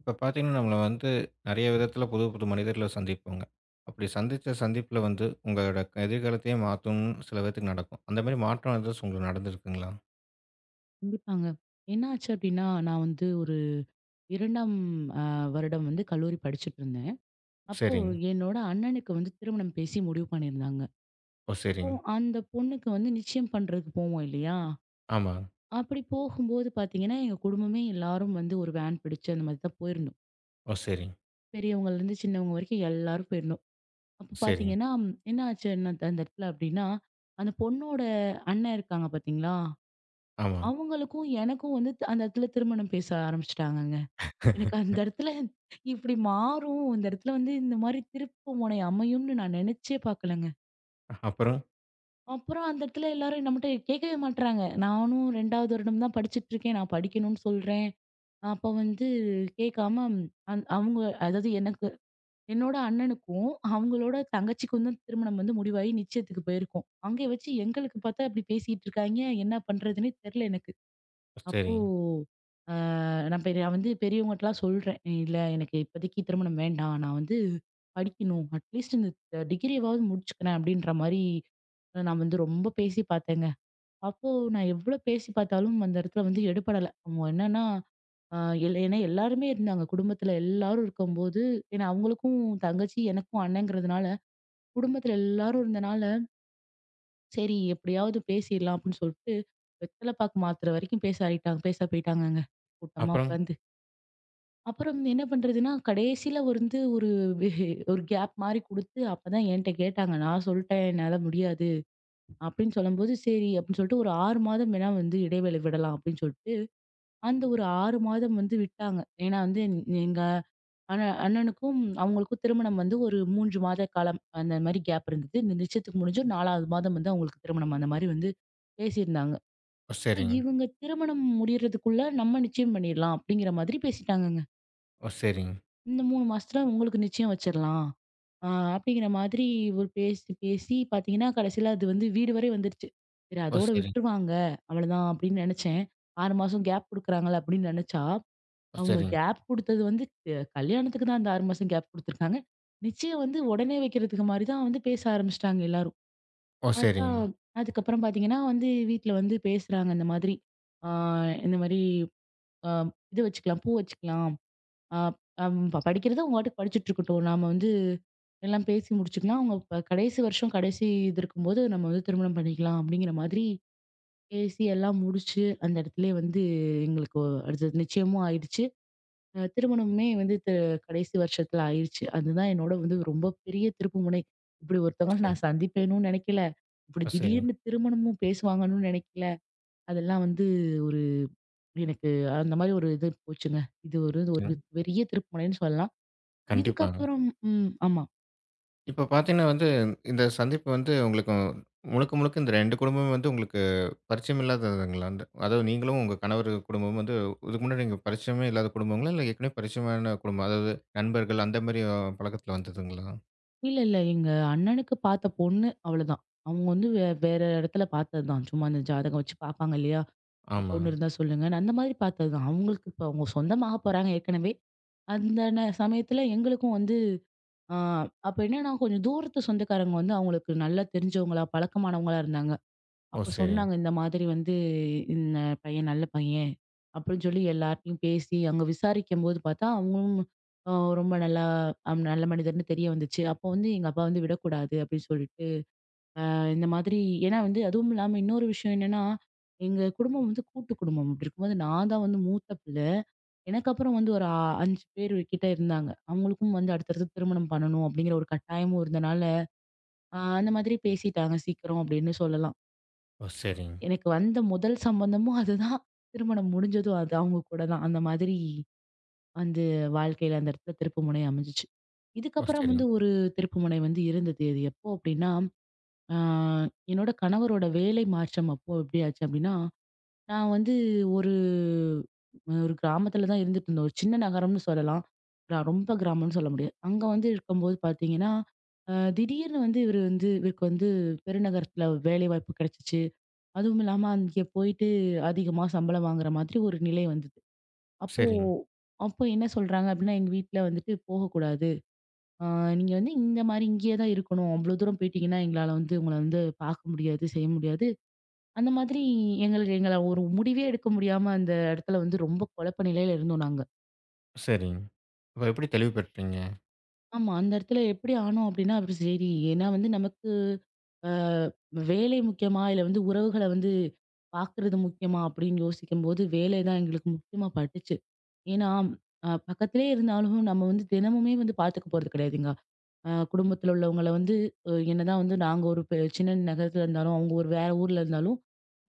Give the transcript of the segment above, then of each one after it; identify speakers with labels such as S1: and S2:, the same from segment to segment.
S1: இப்போ பார்த்தீங்கன்னா, நம்மள வந்து நெறைய விதத்தில புது, புது மனிதர்கள சந்திப்போங்க. அப்படி சந்திச்ச சந்திப்புல வந்து உங்களோட எதிர்காலத்தையே மாத்தும்னு சில பேத்துக்கு நடக்கும். அந்த மாரி மாற்றம் ஏதாச்சும் உங்களுக்கு நடந்திருக்குங்களா?
S2: கண்டிப்பாங்க. என்னாச்சு அப்டின்னா, நான் வந்து ஒரு 2ஆம் அ வருடம் வந்து கல்லூரி படிச்சுட்டு இருந்தேன். அப்போ
S1: சரிங்க.
S2: என்னோட அண்ணனுக்கு வந்து திருமணம் பேசி முடிவு பண்ணியிருந்தாங்க.
S1: ஓ!
S2: அப்போ
S1: சரிங்க.
S2: அந்த பொண்ணுக்கு வந்து நிச்சயம் பண்றதுக்கு போவோம் இல்லையா?
S1: ஆமாங்க.
S2: அப்படி போகும்போது பார்த்தீங்கன்னா, எங்க குடும்பமே எல்லாரும் வந்து ஒரு வேன் பிடிச்சு அந்த மாதிரி தான் போயிருந்தோம்.
S1: ஓ! சரிங்க,
S2: பெரியவங்கலேருந்து சின்னவங்க வரைக்கும் எல்லாரும் போயிருந்தோம். அப்போ
S1: சரிங்க.
S2: பார்த்தீங்கன்னா, என்ன ஆச்சு அந்த இடத்துல அப்டின்னா, அந்த பொண்ணோட அண்ணன் இருக்காங்க பார்த்தீங்களா?
S1: ஆமாங்க.
S2: அவங்களுக்கும் எனக்கும் வந்து அந்த இடத்துல திருமணம் பேச ஆரம்பிச்சுட்டாங்கங்க. எனக்கு அந்த இடத்துல இப்படி மாறும். இந்த இடத்துல வந்து இந்த மாரி திருப்பு முனை அமையும்னு நான் நினைச்சே பார்க்கலங்க.
S1: அப்புறம்?
S2: அப்புறம் அந்த இடத்துல எல்லாரும் நம்மட்ட கேட்கவே மாட்றாங்க. நானும் 2வது வருடம் தான் படிச்சுட்டு இருக்கேன். நான் படிக்கணும்னு சொல்றேன். அப்ப வந்து கேட்காம அவங்க அதாவது எனக்கு என்னோட அண்ணனுக்கும், அவங்களோட தங்கச்சிக்கும் தான் திருமணம் வந்து முடிவாகி நிச்சயத்துக்கு போயிருக்கோம். அங்கே வச்சு எங்களுக்கு பார்த்தா இப்படி பேசிட்டு இருக்காய்ங்க. என்ன பண்றதுன்னே தெரியல எனக்கு.
S1: ஓ
S2: அப்போ,
S1: சரிங்க.
S2: அ நான் வந்து பெரியவங்கட்டலாம் சொல்றேன். "இல்ல எனக்கு இப்போதைக்கு திருமணம் வேண்டாம். நான் வந்து படிக்கணும். அட்லீஸ்ட் இந்த டிகிரியாவது முடிச்சுக்கிறேன்." அப்படின்ற மாரி நான் வந்து ரொம்ப பேசி பார்த்தேங்க. அப்போ நான் எவ்வளோ பேசி பார்த்தாலும் அந்த இடத்துல வந்து எடுபடல. அவங்க என்னன்னா, அ ஏன்னா எல்லாருமே இருந்தாங்க. குடும்பத்தில எல்லாரும் இருக்கும்போது ஏன்னா அவங்களுக்கும் தங்கச்சி, எனக்கும் அண்ணங்கிறதுனால, குடும்பத்தில எல்லாரும் இருந்தனால சரி எப்படியாவது பேசிடலாம் அப்படின்னு சொல்லிட்டு வெத்தலை பாக்கு மாத்துற வரைக்கும் பேச போயிட்டாங்கங்க கூட்டமா
S1: அப்புறம்?
S2: உட்காந்து. அப்புறம் என்ன பண்றதுன்னா கடைசியில வந்து ஒரு வி- ஒரு கேப் மாதிரி கொடுத்து அப்பதான் என்கிட்ட கேட்டாங்க. நான் சொல்லிட்டேன் என்னால முடியாது அப்படின்னு சொல்லும்போது சரி அப்படின்னு சொல்லிட்டு ஒரு ஆறு மாதம் வேணா வந்து இடைவேளை விடலாம் அப்படின்னு சொல்லிட்டு அந்த ஒரு 6 மாதம் வந்து விட்டாங்க. ஏன்னா வந்து எங்க எங்க அண்ணனுக்கும் அவங்களுக்கும் திருமணம் வந்து ஒரு 3 மாத காலம் அந்த மாரி கேப் இருந்தது. இந்த நிச்சயத்துக்கு முடிஞ்சு 4வது மாதம் வந்து அவங்களுக்கு திருமணம் அந்த மாரி வந்து பேசியிருந்தாங்க.
S1: ஓ!
S2: அப்ப
S1: சரிங்க.
S2: இவங்க திருமணம் முடியறதுக்குள்ள நம்ம நிச்சயம் பண்ணிடலாம் அப்படிங்கிற மாதிரி பேசிட்டாங்கங்க.
S1: ஓ! சரிங்க.
S2: இந்த 3 மாசத்துல உங்களுக்கு நிச்சயம் வச்சிரலாம். ஆ அப்படிங்கிற மாதிரி ஒரு பேசி பேசி பார்த்தீங்கன்னா, கடைசியில அது வந்து வீடு வரை வந்துருச்சு. சரி
S1: ஓ!
S2: அதோட
S1: சரிங்க.
S2: விட்டுருவாங்க. அவ்வளவுதான் அப்படின்னு நெனைச்சேன். 6 மாசம் கேப் குடுக்குறாங்கல்ல அப்படின்னு நெனைச்சா
S1: ஓ!
S2: அவங்க
S1: சரிங்க.
S2: கேப் குடுத்தது வந்து கல்யாணத்துக்கு தான் அந்த 6 மாசம் கேப் குடுத்துருக்காங்க. நிச்சயம் வந்து உடனே வைக்கிறதுக்கு மாரி தான் வந்து பேச ஆரம்பிச்சுட்டாங்க எல்லாரும்.
S1: ஓ!
S2: அதான்.
S1: சரிங்க.
S2: அதுக்கப்புறம் பார்த்தீங்கன்னா வந்து வீட்ல வந்து பேசுறாங்க இந்த மாதிரி. ஆ இந்த மாரி அ இது வச்சுக்கலாம், பூ வச்சுக்கலாம். அ அம் படிக்கிறத அவங்க பாட்டுக்கு படிச்சுட்டு இருக்கட்டும். நாம வந்து எல்லாம் பேசி முடிச்சுக்கலாம். அவங்க கடைசி வருஷம் கடைசி இது இருக்கும்போது நம்ம வந்து திருமணம் பண்ணிக்கலாம் அப்படிங்கிற மாதிரி பேசி எல்லாம் முடிச்சு அந்த இடத்துலயே வந்து எங்களுக்கு அடுத்தது நிச்சயமும் ஆயிடுச்சு. திருமணமுமே வந்து கடைசி வருஷத்துல ஆயிருச்சு. அதுதான் என்னோட வந்து ரொம்ப பெரிய திருப்புமுனை. இப்படி
S1: ஓ!
S2: ஒருத்தவங்கள
S1: சரி.
S2: நான் சந்திப்பேன்னும் நெனைக்கல. இப்படி
S1: ஓ! சரிங்க.
S2: திடீர்னு திருமணமும் பேசுவாங்கன்னு நெனைக்கல. அதெல்லாம் வந்து ஒரு எனக்கு அந்த மாரி ஒரு இது போச்சுங்க. இது ஒரு ஒரு
S1: ம்.
S2: பெரிய திருப்புமுனைன்னு சொல்லலாம்.
S1: கண்டிப்பாங்க.
S2: இதுக்கப்புறம் ம் ஆமா.
S1: இப்ப பார்த்தீங்கன்னா வந்து, இந்த சந்திப்பு வந்து உங்களுக்கு முழுக்க, முழுக்க இந்த 2 குடும்பமும் வந்து உங்களுக்கு பரிச்சயம் இல்லாததுங்களா? அந்த அதாவது நீங்களும் உங்க கணவர் குடும்பமும் வந்து இதுக்கு முன்னாடி நீங்க பரிச்சயமே இல்லாத குடும்பங்களா? இல்ல ஏற்கனவே பரிச்சயமான குடும்பம், அதாவது நண்பர்கள் அந்த மாரி பழக்கத்துல வந்ததுங்களா?
S2: இல்ல, இல்ல. எங்க அண்ணனுக்கு பார்த்த பொண்ணு அவ்வளதான். அவங்க வந்து வேற இடத்துல பார்த்ததுதான். சும்மா அந்த ஜாதகம் வச்சு பார்ப்பாங்க இல்லையா?
S1: ஆமா.
S2: பொண்ணு இருந்தா சொல்லுங்கன்னு அந்த மாதிரி பார்த்ததுதான். அவங்களுக்கு இப்ப அவங்க சொந்தமாக போறாங்க ஏற்கனவே. அந்த சமயத்துல எங்களுக்கும் வந்து ஆ அப்ப என்னன்னா கொஞ்சம் தூரத்து சொந்தக்காரங்க வந்து அவங்களுக்கு நல்லா தெரிஞ்சவங்களா, பழக்கமானவங்களா இருந்தாங்க.
S1: ஓ!
S2: அப்ப
S1: சரிங்க.
S2: சொன்னாங்க, "இந்த மாதிரி வந்து இந்த பையன் நல்ல பையன்." அப்படின்னு சொல்லி எல்லார்ட்டயும் பேசி அங்க விசாரிக்கும்போது பார்த்தா, அவங்களும் அ ரொம்ப நல்லா நல்ல மனிதர்ன்னு தெரிய வந்துச்சு. அப்போ வந்து எங்க அப்பா வந்து விடக்கூடாது அப்படின்னு சொல்லிட்டு இந்த மாதிரி ஏன்னா வந்து அதுவும் இல்லாம இன்னொரு விஷயம் என்னன்னா, எங்க குடும்பம் வந்து கூட்டு குடும்பம். அப்படி இருக்கும்போது நான் தான் வந்து மூத்த பிள்ள. எனக்கு அப்புறம் வந்து ஒரு 5 பேர் கிட்ட இருந்தாங்க. அவங்களுக்கும் வந்து அடுத்தடுத்து திருமணம் பண்ணணும் அப்படிங்கிற ஒரு கட்டாயமும் இருந்தனால, அந்த மாதிரி பேசிட்டாங்க சீக்கிரம் அப்படின்னு சொல்லலாம்.
S1: ஓ! சரிங்க.
S2: எனக்கு வந்த முதல் சம்பந்தமும் அதுதான். திருமணம் முடிஞ்சதும் அது அவங்க கூட தான். அந்த மாதிரி வந்து வாழ்க்கையில அந்த இடத்துல திருப்புமுனை அமைஞ்சுச்சு.
S1: ஓ!
S2: இதுக்கப்புறம்
S1: சரிங்க.
S2: வந்து ஒரு திருப்புமுனை வந்து இருந்தது. அது எப்போ அப்படின்னா ஆ, என்னோட கணவரோட வேலை மாற்றம் அப்போ எப்படி ஆச்சு அப்படின்னா, நான் வந்து ஒரு ஒரு கிராமத்துல தான் இருந்துட்டு இருந்தோம். ஒரு சின்ன நகரம்னு சொல்லலாம். நான் ரொம்ப கிராமம்னு சொல்ல முடியாது. அங்க வந்து இருக்கும்போது பார்த்தீங்கன்னா, திடீர்னு வந்து இவருக்கு வந்து பெருநகரத்துல வேலைவாய்ப்பு கிடைச்சிச்சு. அதுவும் இல்லாம அங்கே போயிட்டு அதிகமா சம்பளம் வாங்குற மாதிரி ஒரு நிலை வந்தது. அப்போ
S1: சரிங்க.
S2: அப்போ என்ன சொல்றாங்க அப்படின்னா, எங்க வீட்ல வந்துட்டு போகக்கூடாது. ஆ நீங்க வந்து இந்த மாரி இங்கேயே தான் இருக்கணும். அவ்வளோ தூரம் போயிட்டீங்கன்னா எங்களால வந்து உங்கள வந்து பார்க்க முடியாது, செய்ய முடியாது. அந்த மாதிரி எங்கள ஒரு முடிவே எடுக்க முடியாம அந்த இடத்துல வந்து ரொம்ப குழப்ப நிலையில இருந்தோம் நாங்க.
S1: சரிங்க. அப்ப எப்படி தெளிவு பெற்றீங்க?
S2: ஆமா. அந்த இடத்துல எப்படி ஆனோம் அப்படின்னா, அப்படி சரி ஏன்னா வந்து நமக்கு அ வேலை முக்கியமா? இல்ல வந்து உறவுகள வந்து பார்க்குறது முக்கியமா? அப்படின்னு யோசிக்கும்போது வேலை தான் எங்களுக்கு முக்கியமா பட்டுச்சு. ஏன்னா, பக்கத்திலேயே இருந்தாலும் நம்ம வந்து தினமுமே வந்து பார்த்துக்க போறது கிடையாதுங்க. குடும்பத்தில உள்ளவங்கள வந்து என்னதான் வந்து நாங்க ஒரு சின்ன நகரத்தில இருந்தாலும், அவங்க ஒரு வேற ஊர்ல இருந்தாலும்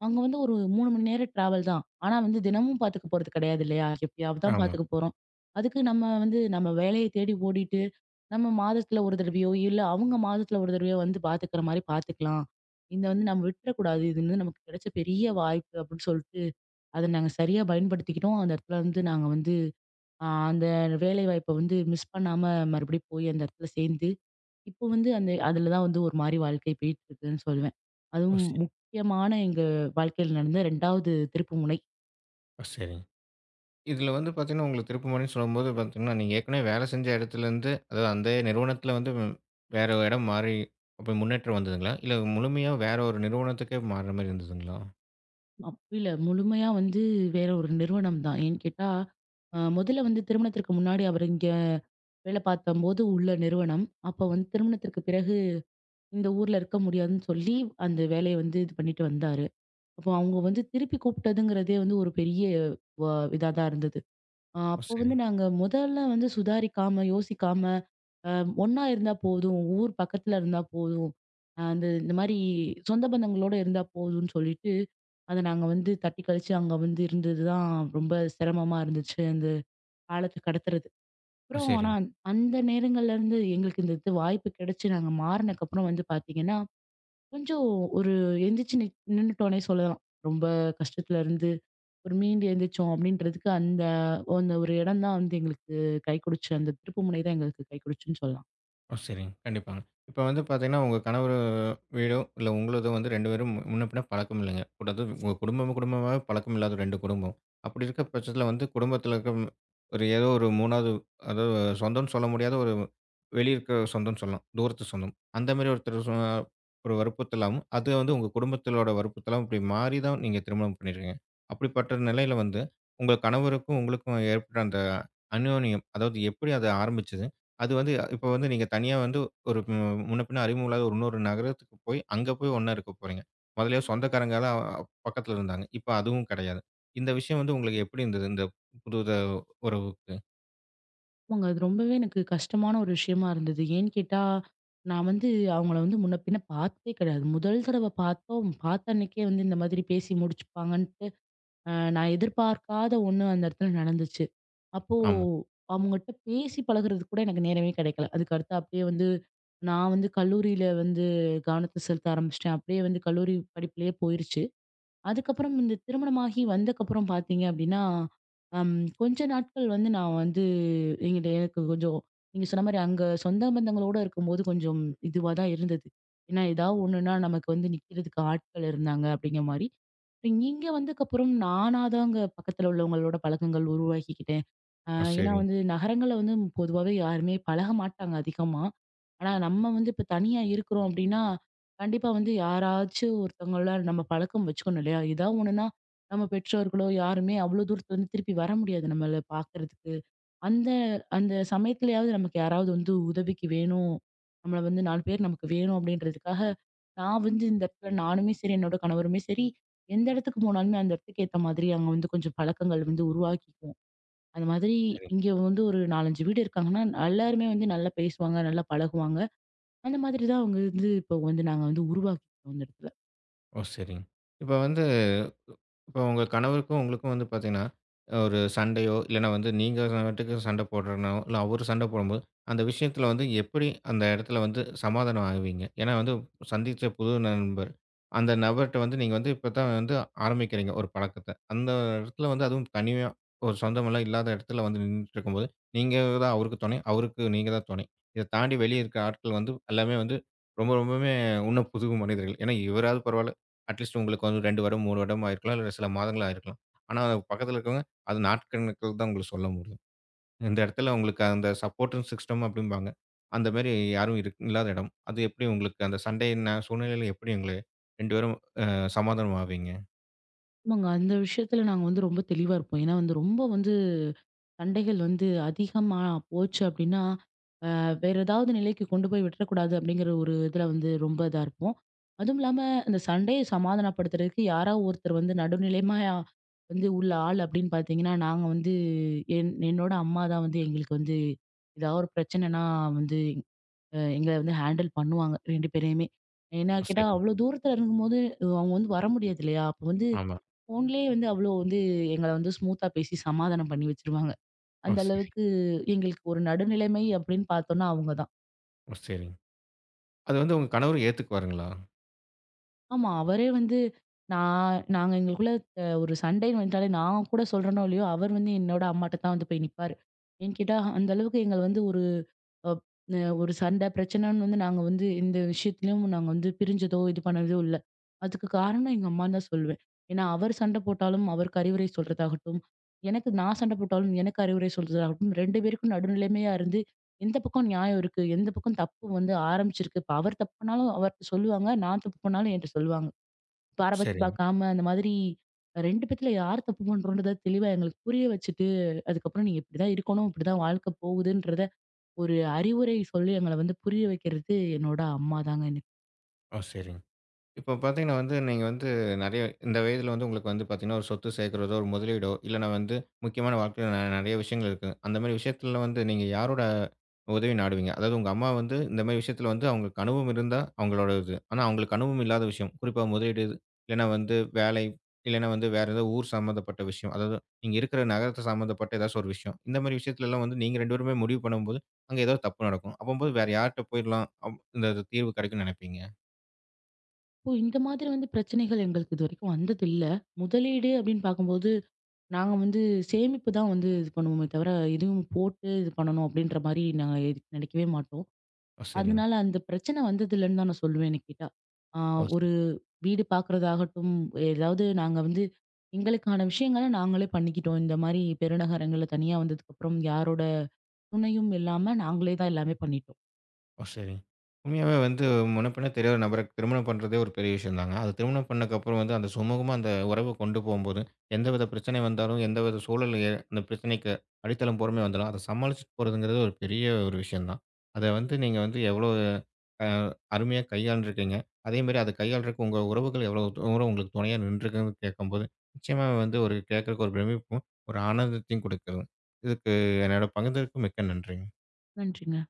S2: அங்க வந்து ஒரு 3 மணி நேர டிராவல் தான். ஆனா வந்து தினமும் பாத்துக்க போறது கிடையாது இல்லையா? எப்பயாவது தான்
S1: ஆமா.
S2: பாத்துக்க போறோம். அதுக்கு நம்ம வேலைய தேடி ஓடிட்டு, நம்ம மாதத்துல ஒரு தடவையோ, இல்ல அவங்க மாதத்துல ஒரு தடவையோ வந்து பாத்துக்கிற மாரி பாத்துக்கலாம். இத வந்து நம்ம விட்டுறக்கூடாது. இது வந்து நமக்கு கிடைச்ச பெரிய வாய்ப்பு அப்படின்னு சொல்லிட்டு, அத நாங்க சரியா பயன்படுத்திக்கிட்டோம். அந்த இடத்துல வந்து நாங்க வந்து ஆ அந்த வேலைவாய்ப்ப வந்து மிஸ் பண்ணாம மறுபடியும் போய் அந்த இடத்துல சேர்ந்து, இப்போ வந்து அந்த அதில தான் வந்து ஒரு மாரி வாழ்க்கை போயிட்டுருக்குன்னு சொல்லுவேன்.
S1: ஓ!
S2: அதுவும்
S1: சரி.
S2: முக்கியமான எங்க வாழ்க்கையில நடந்த 2வது திருப்புமுனை.
S1: ஓ! சரிங்க. இதில வந்து பார்த்தீங்கன்னா, உங்களுக்கு திருப்புமுனைன்னு சொல்லும்போது பார்த்தீங்கன்னா, நீங்க ஏற்கனவே வேலை செஞ்ச இடத்துலேருந்து அதாவது அந்த நிறுவனத்தில வந்து வேற இடம் மாறி அப்ப முன்னேற்றம் வந்ததுங்களா? இல்ல முழுமையா வேற ஒரு நிறுவனத்துக்கே மாறுற மாரி இருந்ததுங்களா?
S2: அப்ப இல்ல முழுமையா வந்து வேற ஒரு நிறுவனம் தான். ஏன்னு கேட்டா, முதல்ல வந்து திருமணத்திற்கு முன்னாடி அவர் இங்க வேலை பார்த்தம்போது உள்ள நிறுவனம். அப்ப வந்து திருமணத்திற்கு பிறகு இந்த ஊர்ல இருக்க முடியாதுன்னு சொல்லி, அந்த வேலைய வந்து இது பண்ணிட்டு வந்தாரு. அப்போ அவங்க வந்து திருப்பி கூப்பிட்டதுங்கிறதே வந்து ஒரு பெரிய வ இதா தான் இருந்தது.
S1: ஓ!
S2: அப்போ
S1: சரி.
S2: வந்து நாங்க முதல்ல வந்து சுதாரிக்காம, யோசிக்காம, அ ஒண்ணா இருந்தா போதும். ஊர் பக்கத்துல இருந்தா போதும். அந்த இந்த மாரி சொந்த பந்தங்களோட இருந்தா போதும்ன்னு சொல்லிட்டு, அத நாங்க வந்து தட்டி கழிச்சு அங்க வந்து இருந்தது தான் ரொம்ப சிரமமா இருந்துச்சு. அந்த காலத்த கடத்துறது.
S1: ஓ!
S2: அப்புறம்
S1: சரி.
S2: ஆனா அந்த நேரங்கள்ல இருந்து எங்களுக்கு இந்த இது வாய்ப்பு கிடைச்சு நாங்க மாறுனக்கப்புறம் வந்து பார்த்தீங்கன்னா, கொஞ்சம் ஒரு எந்திரிச்சு நின்னுட்டோன்னே சொல்லலாம். ரொம்ப கஷ்டத்துல இருந்து ஒரு மீண்டு எழுந்திரிச்சோம் அப்படின்றதுக்கு அந்த அந்த ஒரு இடம் தான் வந்து எங்களுக்கு கை கொடுச்சு. அந்த திருப்புமுனை தான் எங்களுக்கு கை கொடுச்சுன்னு சொல்லலாம்.
S1: ஓ! சரிங்க. கண்டிப்பாங்க. இப்ப வந்து பார்த்தீங்கன்னா, உங்க கணவர் வீடோ, இல்ல உங்களதோ வந்து 2 பேரும் முன்ன பின்ன பழக்கம் இல்லைங்க. கூடது உங்க குடும்பம் குடும்பமா பழக்கம் இல்லாத 2 குடும்பம். அப்படி இருக்க பட்சத்தில வந்து குடும்பத்தில இருக்க ஒரு ஏதோ ஒரு 3வது அதாவது சொந்தம்னு சொல்ல முடியாத ஒரு வெளிய இருக்க சொந்தம்னு சொல்லலாம். தூரத்து சொந்தம். அந்த மாரி ஒருத்தர் ஒரு வற்புறுத்தலாவும், அது வந்து உங்க குடும்பத்திலோட வற்புறுத்தலாவும் இப்படி மாறி தான் நீங்க திருமணம் பண்ணியிருக்கீங்க. அப்படிப்பட்ட நிலையில வந்து உங்க கணவருக்கும் உங்களுக்கும் ஏற்பட்ட அந்த அந்யோன்யம், அதாவது எப்படி அது ஆரம்பிச்சது? அது வந்து இப்ப வந்து நீங்க தனியா வந்து ஒரு முன்ன பின்ன அறிமுகம் இல்லாத ஒரு இன்னொரு நகரத்துக்கு போய், அங்க போய் ஒண்ணா இருக்க போறீங்க. மொதல்லயோ சொந்தக்காரங்கலாம் பக்கத்துல இருந்தாங்க. இப்ப அதுவும் கிடையாது. இந்த விஷயம் வந்து உங்களுக்கு எப்படி இருந்தது? இந்த புது உறவுக்கு?
S2: ஆமாங்க. அது ரொம்பவே எனக்கு கஷ்டமான ஒரு விஷயமா இருந்தது. ஏன்னு கேட்டா, நான் வந்து அவங்கள வந்து முன்ன பின்ன பார்த்ததே கிடையாது. முதல் தடவ பார்த்தோம். பார்த்த அன்னைக்கே வந்து இந்த மாதிரி பேசி முடிச்சுப்பாங்கன்ட்டு, நான் எதிர்பார்க்காத ஒண்ணு அந்த இடத்துல நடந்துச்சு. அப்போ
S1: ஆமா.
S2: அவங்ககிட்ட பேசி பழகுறதுக்கு கூட எனக்கு நேரமே கிடைக்கல. அதுக்கு அடுத்து அப்படியே வந்து நான் வந்து கல்லூரியில வந்து கவனத்த செலுத்த ஆரம்பிச்சுட்டேன். அப்படியே வந்து கல்லூரி படிப்பிலேயே போயிருச்சு. அதுக்கப்புறம் இந்த திருமணமாகி வந்தக்கப்புறம் பார்த்தீங்க அப்படின்னா, அம் கொஞ்ச நாட்கள் வந்து நான் வந்து என்கிட்ட எனக்கு கொஞ்சம் நீங்க சொன்ன மாரி அங்க சொந்த பந்தங்களோட இருக்கும்போது கொஞ்சம் இதுவா தான் இருந்தது. ஏன்னா, ஏதாவது ஒண்ணுன்னா நமக்கு வந்து நிக்கிறதுக்கு ஆட்கள் இருந்தாங்க அப்படிங்கிற மாரி. இங்க வந்தக்கப்புறம் நானா தாங்க பக்கத்துல உள்ளவங்களோட பழக்கங்கள் உருவாக்கிக்கிட்டேன். அ
S1: ஓ!
S2: ஏன்னா
S1: சரிங்க,
S2: வந்து நகரங்கள்ல வந்து பொதுவாவே யாருமே பழக மாட்டாங்க அதிகமா. ஆனா நம்ம வந்து இப்ப தனியா இருக்கிறோம் அப்டின்னா, கண்டிப்பா வந்து யாராச்சும் ஒருத்தவங்கள நம்ம பழக்கம் வச்சுக்கணும் இல்லையா? ஏதா ஒண்ணுன்னா நம்ம பெற்றோர்களோ யாருமே அவ்ளோ தூரத்துலருந்து திருப்பி வர முடியாது நம்மள பார்க்கறதுக்கு. அந்த அந்த சமயத்துலயாவது நமக்கு யாராவது வந்து உதவிக்கு வேணும். நம்மள வந்து 4 பேர் நமக்கு வேணும் அப்டின்றதுக்காக, நான் வந்து இந்த இடத்துல நானுமே சரி, என்னோட கணவருமே சரி, எந்த இடத்துக்கு போனாலுமே அந்த இடத்துக்கு ஏத்த மாதிரி அங்க வந்து கொஞ்சம் பழக்கங்கள் வந்து உருவாக்கி அந்த மாதிரி
S1: ஓ! சரிங்க.
S2: இங்க வந்து ஒரு 4, 5 வீடு இருக்காங்கன்னா, எல்லாருமே வந்து நல்லா பேசுவாங்க, நல்லா பழகுவாங்க. அந்த மாதிரி தான் அவங்க வந்து இப்போ வந்து நாங்க வந்து உருவாக்கிக்கிட்டோம் அந்த இடத்துல.
S1: ஓ! சரிங்க. இப்ப வந்து இப்ப உங்க கணவருக்கும், உங்களுக்கும் வந்து பார்த்தீங்கன்னா, ஒரு சண்டையோ, இல்லன்னா வந்து நீங்க பாட்டுக்கு சண்டை போடுறனோ, இல்ல அவரு சண்டை போடும்போது, அந்த விஷயத்துல வந்து எப்படி அந்த இடத்துல வந்து சமாதானம் ஆவீங்க? ஏன்னா வந்து சந்திச்ச புது நண்பர். அந்த நபர்ட்ட வந்து நீங்க வந்து இப்ப தான் வந்து ஆரம்பிக்கிறீங்க ஒரு பழக்கத்த. அந்த இடத்துல வந்து அதுவும் தனியா ஒரு சொந்தமெல்லாம் இல்லாத இடத்துல வந்து நின்னுட்ருக்கும்போது, நீங்க தான் அவருக்கு துணை, அவருக்கு நீங்க தான் துணை. இத தாண்டி வெளிய இருக்க ஆட்கள் வந்து எல்லாமே வந்து ரொம்ப ரொம்பவுமே இன்னும் புது மனிதர்கள். ஏன்னா இவராவது பரவால்ல. அட்லீஸ்ட் உங்களுக்கு வந்து 2 வருடம், 3 வருடம் ஆயிருக்கலாம். இல்ல சில மாதங்கள் ஆயிருக்கலாம். ஆனா, பக்கத்துல இருக்கவங்க அது நாட்கணக்குல தான் உங்களுக்கு சொல்ல முடியும். இந்த இடத்துல உங்களுக்கு அந்த சப்போர்ட்டிங் சிஸ்டம் அப்படிம்பாங்க. அந்த மாரி யாரும் இல்லாத இடம். அது எப்படி உங்களுக்கு அந்த சண்டை சூழ்நிலையில எப்படி உங்கள 2 பேரும் அ சமாதானம் ஆவீங்க?
S2: ஆமாங்க. அந்த விஷயத்துல நாங்க வந்து ரொம்ப தெளிவா இருப்போம். ஏன்னா வந்து ரொம்ப வந்து சண்டைகள் வந்து அதிகமா போச்சு அப்படின்னா, வேற ஏதாவது நிலைக்கு கொண்டு போய் விட்டுறக்கூடாது அப்படிங்கிற ஒரு இதுல வந்து ரொம்ப இதா இருப்போம். அதுவும் இல்லாம அந்த சண்டைய சமாதானப்படுத்துறதுக்கு யாராவது ஒருத்தர் வந்து நடுநிலைமா வந்து உள்ள ஆள் அப்படின்னு பார்த்தீங்கன்னா, நாங்க வந்து என்னோட அம்மா தான் வந்து எங்களுக்கு வந்து ஏதாவது ஒரு பிரச்சனைனா வந்து எங்கள வந்து ஹேண்டில் பண்ணுவாங்க 2 பேரையுமே. ஏன்னா
S1: ஓ!
S2: கேட்டா,
S1: சரி.
S2: அவ்ளோ தூரத்துல இருக்கும்போது அவங்க வந்து வர முடியாது இல்லையா? அப்போ வந்து
S1: ஆமா.
S2: ஃபோன்லேயே வந்து அவ்ளோ வந்து எங்கள வந்து ஸ்மூத்தா பேசி சமாதானம் பண்ணி வச்சுருவாங்க.
S1: ஓ!
S2: அந்த
S1: சரி.
S2: அளவுக்கு எங்களுக்கு ஒரு நடுநிலைமை அப்படின்னு பார்த்தோம்னா அவங்க தான்.
S1: ஓ! சரிங்க. அது வந்து உங்க கணவர் ஏத்துக்குவாருங்களா?
S2: ஆமா. அவரே வந்து நாங்க எங்களுக்குள்ள ஒரு சண்டைன்னு வந்துட்டாலே, நான் கூட சொல்றேனோ இல்லையோ, அவர் வந்து என்னோட அம்மாட்ட தான் வந்து போய் நிப்பாரு. ஏன்னு கேட்டா, அந்த அளவுக்கு எங்கள வந்து ஒரு அப் அ ஒரு சண்டை, பிரச்சனைன்னு வந்து நாங்க வந்து எந்த விஷயத்துலயும் நாங்க வந்து பிரிஞ்சதோ, இது பண்ணதோ இல்ல. அதுக்கு காரணம் எங்க அம்மான்னு தான் சொல்லுவேன். ஏன்னா, அவர் சண்டை போட்டாலும் அவருக்கு அறிவுரை சொல்றதாகட்டும், எனக்கு நான் சண்டை போட்டாலும் எனக்கு அறிவுரை சொல்றதாகட்டும், 2 பேருக்கும் நடுநிலைமையா இருந்து எந்த பக்கம் நியாயம் இருக்கு? எந்த பக்கம் தப்பு வந்து ஆரம்பிச்சிருக்கு? இப்ப அவர் தப்பு பண்ணாலும் அவர்ட்ட சொல்லுவாங்க. நான் தப்பு பண்ணாலும் என்ட்ட சொல்லுவாங்க. பாரபட்சம்
S1: சரிங்க.
S2: பார்க்காம அந்த மாதிரி 2 பேத்துல யார் தப்பு பண்றோன்றத தெளிவா எங்களுக்கு புரிய வச்சுட்டு, அதுக்கப்புறம் நீங்க இப்படிதான் இருக்கணும், இப்படிதான் வாழ்க்கை போகுதுன்றத ஒரு அறிவுரை சொல்லி எங்கள வந்து புரிய வைக்கிறது என்னோட அம்மா தாங்க எனக்கு.
S1: ஓ! சரிங்க. இப்போ பார்த்தீங்கன்னா வந்து, நீங்க வந்து நெறைய இந்த வயதில வந்து உங்களுக்கு வந்து பார்த்தீங்கன்னா, ஒரு சொத்து சேர்க்கிறதோ, ஒரு முதலீடோ, இல்லன்னா வந்து முக்கியமான வாழ்க்கையில நெறைய விஷயங்கள் இருக்கு. அந்த மாரி விஷயத்துல வந்து நீங்க யாரோட உதவி நாடுவீங்க? அதாவது உங்க அம்மா வந்து இந்த மாரி விஷயத்துல வந்து அவங்களுக்கு அனுபவம் இருந்தா அவங்களோட இது. ஆனா அவங்களுக்கு அனுபவம் இல்லாத விஷயம். குறிப்பா முதலீடு, இல்லன்னா வந்து வேலை, இல்லன்னா வந்து வேற ஏதோ ஊர் சம்மந்தப்பட்ட விஷயம். அதாவது நீங்க இருக்கிற நகரத்த சம்மந்தப்பட்ட ஏதாச்சும் ஒரு விஷயம். இந்த மாரி விஷயத்துலலாம் வந்து நீங்க 2 பேருமே முடிவு பண்ணும்போது, அங்க ஏதோ தப்பு நடக்கும். அப்பம்போது வேற யார்ட்ட போயிரலாம்? இந்த இது தீர்வு கிடைக்கும்னு நெனைப்பீங்க?
S2: இப்போ இந்த மாதிரி வந்து பிரச்சனைகள் எங்களுக்கு இதுவரைக்கும் வந்ததில்ல. முதலீடு அப்படின்னு பார்க்கும்போது, நாங்க வந்து சேமிப்பு தான் வந்து இது பண்ணுவோமே தவிர, எதுவும் போட்டு இது பண்ணணும் அப்படின்ற மாரி நாங்க எதுக் நினைக்கவே மாட்டோம்.
S1: ஓ! சரிங்க.
S2: அதனால அந்த பிரச்சனை வந்தது இல்லன்னு தான் நான் சொல்லுவேன் என்ன கேட்டா. ஆ
S1: ஓ!
S2: ஒரு வீடு பார்க்குறதாகட்டும், ஏதாவது நாங்க வந்து எங்களுக்கான விஷயங்கள நாங்களே பண்ணிக்கிட்டோம். இந்த மாரி பெருநகரங்கள்ல தனியா வந்ததுக்கப்புறம் யாரோட துணையும் இல்லாம நாங்களே தான் எல்லாமே பண்ணிட்டோம்.
S1: ஓ! சரி. உண்மையாவே வந்து முன்ன பின்ன தெரியாத நபர திருமணம் பண்றதே ஒரு பெரிய விஷயம் தாங்க. அது திருமணம் பண்ணதுக்கப்புறம் வந்து அந்த சுமூகமா அந்த உறவ கொண்டு போம்போது, எந்தவித பிரச்சனை வந்தாலும், எந்தவித சூழல் அந்த பிரச்சனைக்கு அடித்தளம் பொறுமை வந்தாலும், அத சமாளிச்சுட்டு போறதுங்கிறது ஒரு பெரிய ஒரு விஷயம் தான். அத வந்து நீங்க வந்து எவ்வளோ அ அருமையா கையாண்டுருக்கீங்க. அதேமாரி அத கையாள்றதுக்கு உங்க உறவுகள் எவ்வளோ தூரம் உங்களுக்கு துணையா நின்றுருக்குன்னு கேட்கும்போது, நிச்சயமா வந்து ஒரு கேட்கறக்கு ஒரு பிரமிப்பும், ஒரு ஆனந்தத்தையும் குடுக்குது. இதுக்கு என்னோட பகிர்ந்ததற்கு மிக்க நன்றிங்க.
S2: நன்றிங்க.